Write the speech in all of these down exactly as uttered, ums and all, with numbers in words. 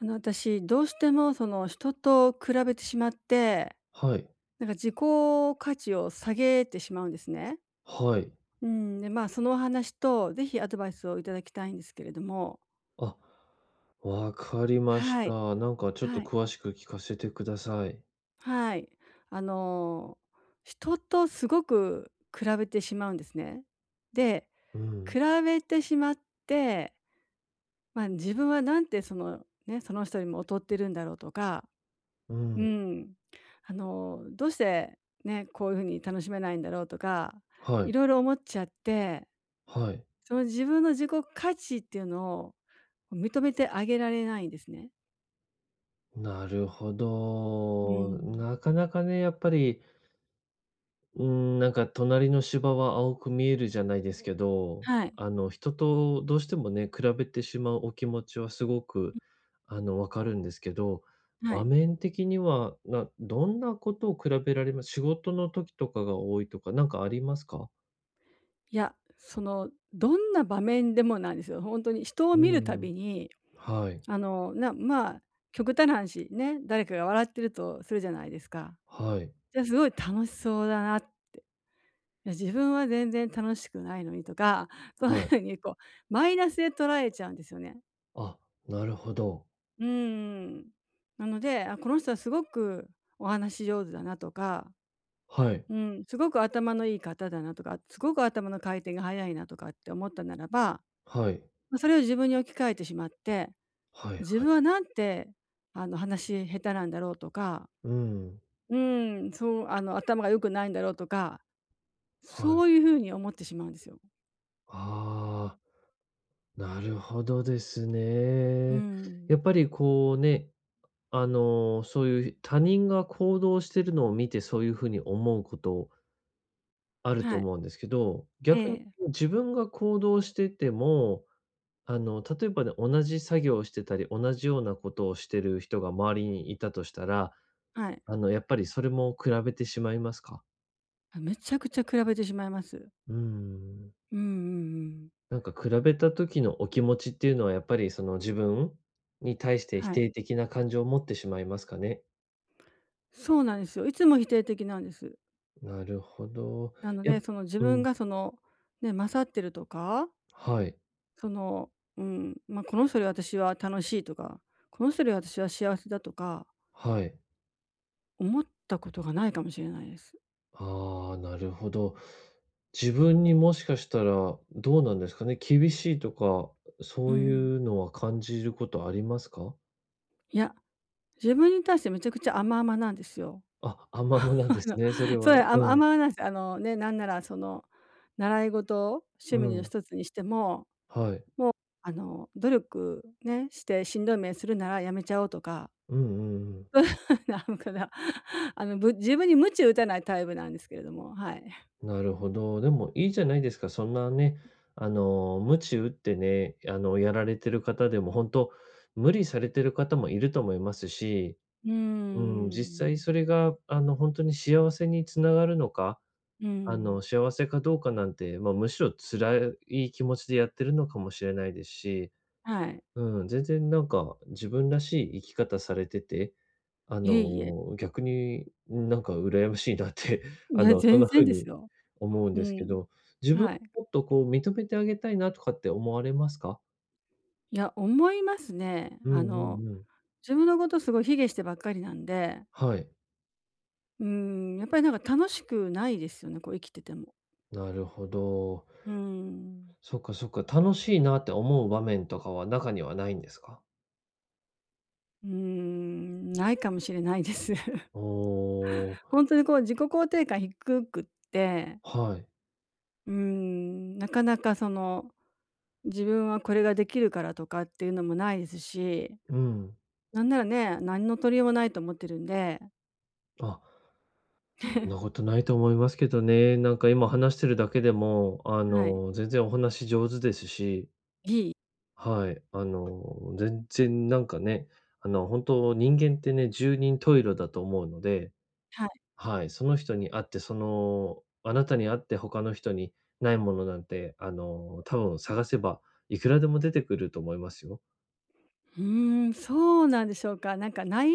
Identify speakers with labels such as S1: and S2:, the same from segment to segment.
S1: あの、私、どうしてもその人と比べてしまって、
S2: はい、
S1: なんか自己価値を下げてしまうんですね。
S2: はい。
S1: うん、で、まあ、そのお話とぜひアドバイスをいただきたいんですけれども。
S2: あ、わかりまし
S1: はい、
S2: た。なんかちょっと
S1: はい。
S2: 詳しく聞かせてください。
S1: はい。あの、人とすごく比べてしまうんですね。で、
S2: うん、
S1: 比べてしまって、まあ、自分はなんてそのね、その人よりも劣ってるんだろうとか。
S2: う
S1: う
S2: ん。
S1: ん。あの、どうしてね、こういう風に楽しめないんだろうとか、
S2: は
S1: い
S2: い、
S1: ろいろ思っちゃって、
S2: はい。
S1: その自分の自己価値っていうのを認めてあげられないんですね。
S2: なるほ
S1: う
S2: ど。
S1: ん。
S2: なかなかね、やっぱり、うん、なんか隣の芝は青く見えるじゃないですけど、
S1: はい、
S2: あの、人とどうしてもね、比べてしまうお気持ちはすごく、あの、わかるんですけど、
S1: は
S2: 場
S1: い。
S2: 面的には、などんなことを比べられます仕事の時とかが多いとか、なんかありますか？
S1: いや、その、どんな場面でもなんですよ。本当に人を
S2: う
S1: 見るた
S2: ーん、
S1: びに、
S2: はい、
S1: あの、なまあ、極端な話ね、誰かが笑ってるとするじゃないですか。
S2: はい、
S1: じゃあ、すごい楽しそうだなって、いや、自分は全然楽しくないのにとか、そういう
S2: はい。
S1: ふうにこうマイナスで捉えちゃうんですよね。
S2: あ、なるほど。
S1: うーん。なので、あ、この人はすごくお話し上手だなとか、
S2: はい、
S1: うん、すごく頭のいい方だなとか、すごく頭の回転が速いなとかって思ったならば、
S2: はい、
S1: ま、それを自分に置き換えてしまって、
S2: はい
S1: 自
S2: はい。
S1: 分はなんてあの話下手なんだろうとか、
S2: うーん、
S1: うん、そうあの頭が良くないんだろうとか、
S2: はい。
S1: そういうふうに思ってしまうんですよ。
S2: ああ、なるほどです
S1: う
S2: ね。
S1: ん。
S2: やっぱりこうね、あの、そういう他人が行動してるのを見て、そういう風に思うことあると
S1: はい。
S2: 思うんですけど、
S1: え
S2: 逆に
S1: え。
S2: 自分が行動してても、あの、例えばね、同じ作業をしてたり、同じようなことをしてる人が周りにいたとしたら
S1: はい。
S2: あの、やっぱりそれも比べてしまいますか？
S1: あ、めちゃくちゃ比べてしまいます。
S2: うーん。
S1: うんうんうん。
S2: なんか比べた時のお気持ちっていうのはやっぱりその自分に対して否
S1: はい。
S2: 定的な感情を持ってしまいますかね？
S1: そうなんですよ。いつも否定的なんです。
S2: なるほど。
S1: なの
S2: やっ
S1: で、その自
S2: う
S1: 分
S2: ん、
S1: がその、ね、勝ってるとか、
S2: はい、
S1: その、うん、まあ、この人より私は楽しいとか、この人より私は幸せだとか、
S2: はい。
S1: 思ったことがないかもしれないです。
S2: ああ、なるほど。自分にもしかしたらどうなんですかね、厳しいとか、
S1: う
S2: そう
S1: ん。
S2: いうのは感じることありますか？
S1: いや、自分に対してめちゃくちゃ甘々なんですよ。
S2: あ、あんまもな ん
S1: あ
S2: で
S1: の、
S2: すね、それ
S1: それ、
S2: は。
S1: あ甘
S2: うん、
S1: 々なんです。あのね、なんならその、習い事を
S2: う
S1: 趣味の
S2: ん、
S1: 一つにしても、
S2: はい。
S1: あの、努力ね、してしんどい目するならやめちゃおうとか。
S2: うんうんうん。
S1: なんかな、あの、ぶ自分に鞭打たないタイプなんですけれども、はい。
S2: なるほど。でもいいじゃないですか。そんなね、あの、鞭打ってね、あの、やられてる方でも、本当無理されてる方もいると思いますし、
S1: うー
S2: うん、実際
S1: ん。
S2: それが、あの、本当に幸せにつながるのか、
S1: う
S2: あ
S1: ん。
S2: の、幸せかどうかなんて、まあ、むしろ辛い気持ちでやってるのかもしれないですし、
S1: はい。
S2: うん、全然なんか自分らしい生き方されてて、あ
S1: いえいえ。
S2: の、逆になんか羨ましいなって、
S1: い
S2: あ
S1: や、
S2: の、そん
S1: 全
S2: な
S1: 然
S2: 風
S1: です
S2: に
S1: よ。
S2: 思うん
S1: う
S2: ですけ
S1: ん。
S2: ど、自分
S1: はい。
S2: をもっとこう認めてあげたいなとかって思われますか？
S1: いや、思いますね。
S2: うん
S1: あ
S2: う
S1: の、
S2: んうん。
S1: 自分のことすごい卑下してばっかりなんで、
S2: はい、
S1: うーん、やっぱりなんか楽しくないですよね、こう生きてても。
S2: なるほど。
S1: うーん。
S2: そっかそっか、楽しいなって思う場面とかは中にはないんですか？
S1: うーん、ないかもしれないです。
S2: おお、
S1: 本当にこう自己肯定感低くって、
S2: はい。
S1: うーん、なかなかその、自分はこれができるからとかっていうのもないですし、
S2: うん。
S1: なんならね、何の取り柄もないと思ってるんで。
S2: あ、そんなこ とないと思いますけどね。なんか今話してるだけでも、あ
S1: はい。
S2: の、全然お話上手ですし、
S1: いい
S2: はい、あの、全然なんかね、あの、本当人間ってね、十人十色だと思うので
S1: はい。
S2: はい、その人に会って、その、あなたに会って他の人にないものなんて、あの、多分探せばいくらでも出てくると思いますよ。
S1: うーん、そうなんでしょうか。なんかない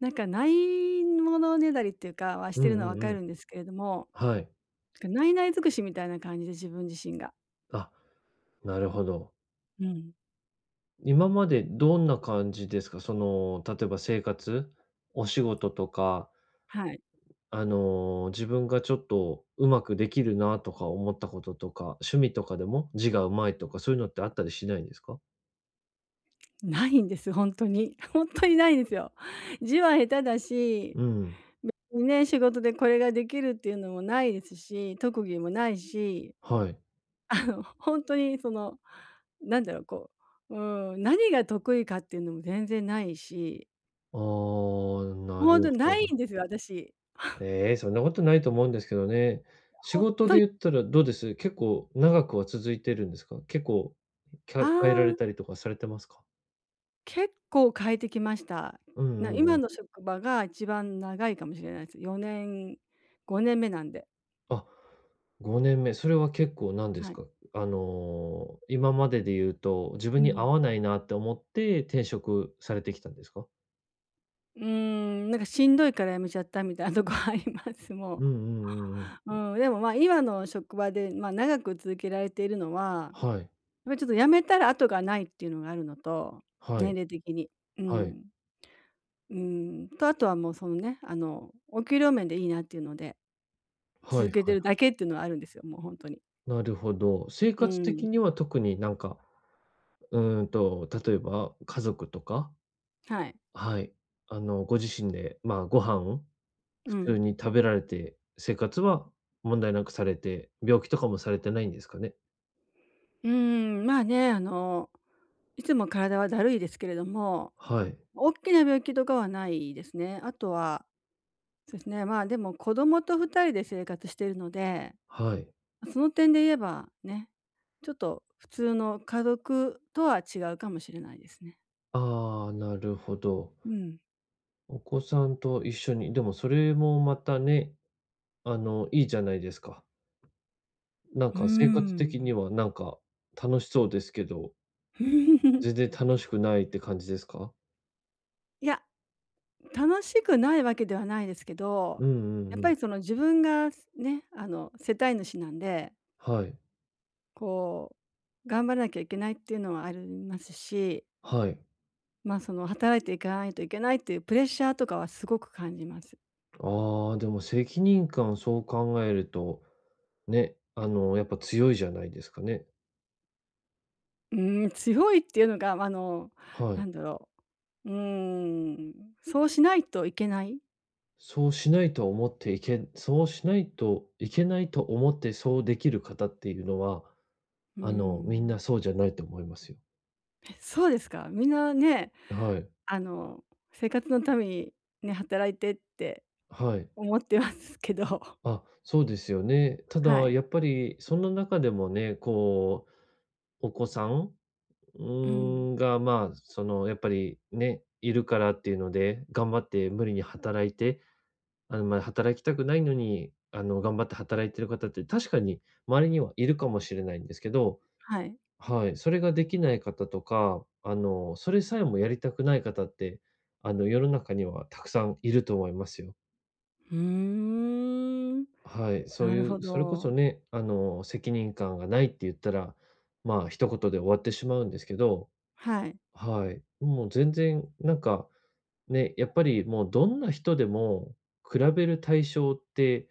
S1: なんかないものねだりっていうかはし
S2: う
S1: てるの
S2: ん
S1: は
S2: う
S1: 分
S2: ん
S1: か
S2: うん。
S1: るんですけれども、
S2: はい。
S1: なんかないない尽くしみたいな感じで自分自身が。
S2: あ、なるほど。
S1: うん。
S2: 今までどんな感じですか？その、例えば生活、お仕事とか、
S1: はい。
S2: あの、自分がちょっとうまくできるなとか思ったこととか、趣味とかでも字がうまいとか、そういうのってあったりしないんですか？
S1: ないんです、本当に。 本当にないんですよ。字は下手だし
S2: うん、
S1: ね、仕事でこれができるっていうのもないですし、特技もないし、
S2: はい。
S1: あの、ほんとにその、なんだろう、こう、うーん、何が得意かっていうのも全然ないし、
S2: ああ、な
S1: ほん
S2: る
S1: とな
S2: ほ
S1: いん
S2: ど。
S1: ですよ、私。
S2: ええ、そんなことないと思うんですけどね。仕
S1: ほ
S2: 事で言ったらどうです？結構長くは続いてるんですか？結構、き
S1: あ
S2: ゃ変えられ
S1: あ、
S2: たりとかされてますか？
S1: 結構変えてきました。
S2: うん
S1: な
S2: うん
S1: 今
S2: うん。
S1: の職場が一番長いかもしれないです。よねん、ごねんめなんで。
S2: あ、ごねんめ。それは結構なんで
S1: は
S2: す
S1: い。
S2: か？あの、今までで言うと、自
S1: う
S2: 分に合
S1: ん。
S2: わないなって思って転職されてきたんですか？
S1: うーん、なんかしんどいから辞めちゃったみたいなとこあります、もう。
S2: うんうんうん
S1: う
S2: うん。
S1: ん、でも、ま、今の職場で、まあ、長く続けられているのは、やっ
S2: はい。
S1: ぱりちょっと辞めたら後がないっていうのがあるのと、
S2: は
S1: 年
S2: い。
S1: 齢的に。う
S2: はい。
S1: ん。うん、と、あとはもうそのね、あの、お給料面でいいなっていうので、
S2: は
S1: 続
S2: い
S1: けて
S2: はい。
S1: るだけっていうのはあるんですよ、もう本当に。
S2: なるほど。生
S1: う
S2: 活
S1: ん。
S2: 的には特になんか、うーんと、例えば家族とか
S1: はい。
S2: はい。あの、ご自身で、まあ、ご飯を
S1: う
S2: 普通
S1: ん。
S2: に食べられて、生活は問題なくされて、病気とかもされてないんですかね？
S1: うーん、まあね、あの、いつも体はだるいですけれども、
S2: はい、
S1: 大きな病気とかはないですね。あとは、そうですね、まあ、でも子供とふたりで生活しているので、
S2: はい。
S1: その点で言えば、ね、ちょっと普通の家族とは違うかもしれないですね。
S2: ああ、なるほど。
S1: うん。
S2: お子さんと一緒に、でもそれもまたね、あの、いいじゃないですか。なん
S1: うー
S2: か生活的に
S1: ん。
S2: はなんか楽しそうですけど、全然楽しくないって感じですか？
S1: いや、楽しくないわけではないですけど、
S2: うんう
S1: や
S2: ん
S1: っ
S2: う
S1: ぱ
S2: ん。
S1: りその自分がね、あの、世帯主なんで、
S2: はい、
S1: こう、頑張らなきゃいけないっていうのはありますし、
S2: はい。
S1: ま、あその働いていかないといけないっていうプレッシャーとかはすごく感じます。
S2: ああ、でも責任感、そう考えるとね、あの、やっぱ強いじゃないですかね。
S1: うーん、強いっていうのが、あの、
S2: は
S1: な
S2: い。
S1: んだろう。うーん、そうしないといけない。
S2: そうしないと思っていけそうしないといけないと思ってそうできる方っていうのは、
S1: うー
S2: あの、みんな
S1: ん。
S2: そうじゃないと思いますよ。
S1: え、そうですか。みんなね、
S2: はい。
S1: あの、生活のためにね、働いてって
S2: はい。
S1: 思ってますけど。
S2: あ、そうですよね。た
S1: は
S2: だ
S1: い。
S2: やっぱりその中でもね、こう、お子さん、う
S1: うん。
S2: ーん、が、まあ、その、やっぱりね、いるからっていうので、頑張って無理に働いてあの、まあ、働きたくないのに、あの、頑張って働いてる方って確かに周りにはいるかもしれないんですけど、
S1: はい。
S2: はい、それができない方とか、あの、それさえもやりたくない方って、あの、世の中にはたくさんいると思いますよ。
S1: うーん。
S2: はい、そう
S1: な
S2: い
S1: るほ
S2: う、それこそ
S1: ど。
S2: ね、あの、責任感がないって言ったら、まあ、一言で終わってしまうんですけど、
S1: はい。
S2: はい、もう全然なんかね、やっぱりもうどんな人でも比べる対象って、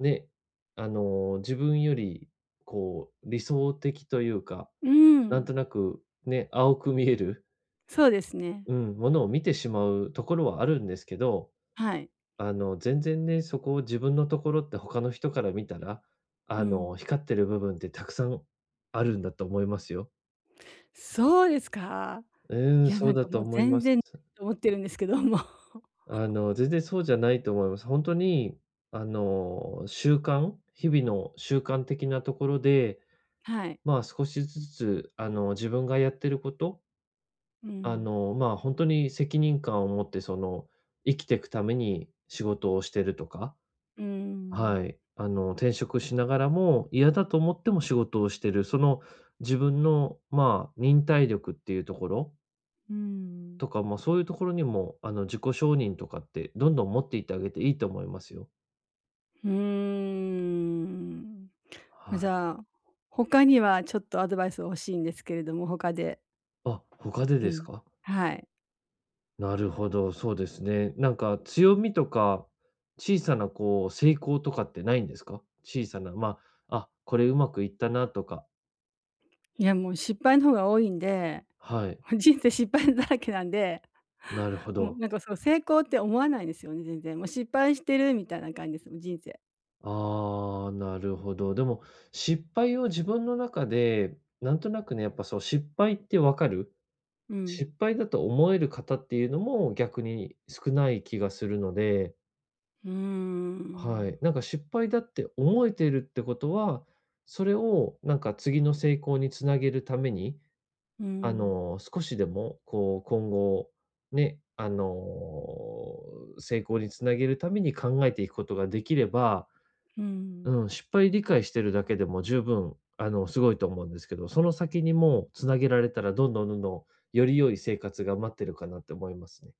S2: ね、あの、自分よりこう理想的というか、
S1: うー
S2: なん
S1: ん。
S2: となくね、青く見える、
S1: そうですね。
S2: うん、ものを見てしまうところはあるんですけど、
S1: はい。
S2: あの、全然ね、そこを自分のところって他の人から見たら、あ
S1: うん。
S2: の、光ってる部分ってたくさんあるんだと思いますよ。
S1: そうですか？
S2: う
S1: い
S2: ん、
S1: や、
S2: そ
S1: な
S2: う
S1: ん
S2: だ
S1: かも
S2: と
S1: う
S2: 思い
S1: 全
S2: ます。
S1: 然と思ってるんですけども。
S2: あの、全然そうじゃないと思います。本当に、あの、習慣日々の習慣的なところで、
S1: はい。
S2: まあ、少しずつ、あの、自分がやってること、
S1: う
S2: あ
S1: ん。
S2: の、まあ、本当に責任感を持って、その、生きていくために仕事をしてるとか、
S1: うー
S2: は
S1: ん。
S2: い。あの、転職しながらも、嫌だと思っても仕事をしてる、その、自分の、まあ、忍耐力っていうところ
S1: うーん。
S2: とか、ま、そういうところにも、あの、自己承認とかって、どんどん持っていってあげていいと思いますよ。
S1: うーん。ま、
S2: は
S1: じ
S2: い。
S1: ゃあ、他にはちょっとアドバイス欲しいんですけれども、他で。
S2: あ、他で
S1: う
S2: です
S1: ん。
S2: か？
S1: はい。
S2: なるほど、そうですね。なんか強みとか、小さなこう成功とかってないんですか？小さな、まあ、あ、これうまくいったなとか。
S1: いや、もう失敗の方が多いんで、
S2: はい、
S1: もう人生失敗だらけなんで、
S2: なるほ
S1: もう
S2: ど。
S1: なんか、そう、成功って思わないんですよね、全然。もう失敗してるみたいな感じです、もう人生。
S2: ああ、なるほど。でも、失敗を自分の中で、なんとなくね、やっぱそう、失敗ってわかる、
S1: う
S2: 失
S1: ん。
S2: 敗だと思える方っていうのも逆に少ない気がするので
S1: うー
S2: はい。
S1: ん。
S2: なんか失敗だって思えてるってことは、それをなんか次の成功につなげるために、
S1: う
S2: あ
S1: ん。
S2: の、少しでもこう今後ね、あの、成功につなげるために考えていくことができれば、
S1: うん。
S2: うん、失敗理解してるだけでも十分、あの、すごいと思うんですけど、その先にもうつなげられたらどんどんどんどんより良い生活が待ってるかなって思いますね。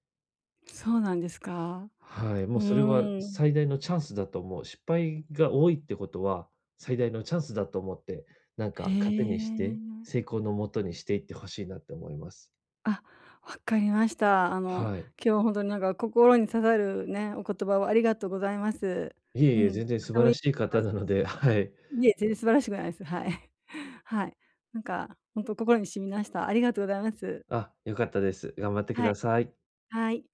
S1: そうなんですか。
S2: はい、も
S1: う
S2: うそれは
S1: ーん。
S2: 最大のチャンスだと思う。失敗が多いってことは、最大のチャンスだと思って、なん
S1: へ
S2: か糧にして、
S1: え。
S2: 成功のもとにしていってほしいなって思います。
S1: あ、わかりました。あの、
S2: はい。
S1: 今日は本当になんか心に刺さるね、お言葉をありがとうございます。
S2: い
S1: う
S2: えいえ、
S1: ん、
S2: 全然
S1: と
S2: 素
S1: て
S2: 晴
S1: もい
S2: ら
S1: い
S2: しい方
S1: 話
S2: な
S1: で
S2: の
S1: した。
S2: で、はい。
S1: いえ、全然素晴らしくないです。はい。はい。なんか本当心に染みました。ありがとうございます。
S2: あ、良かったです。頑張ってく
S1: は
S2: だ
S1: い。
S2: さい。
S1: はい。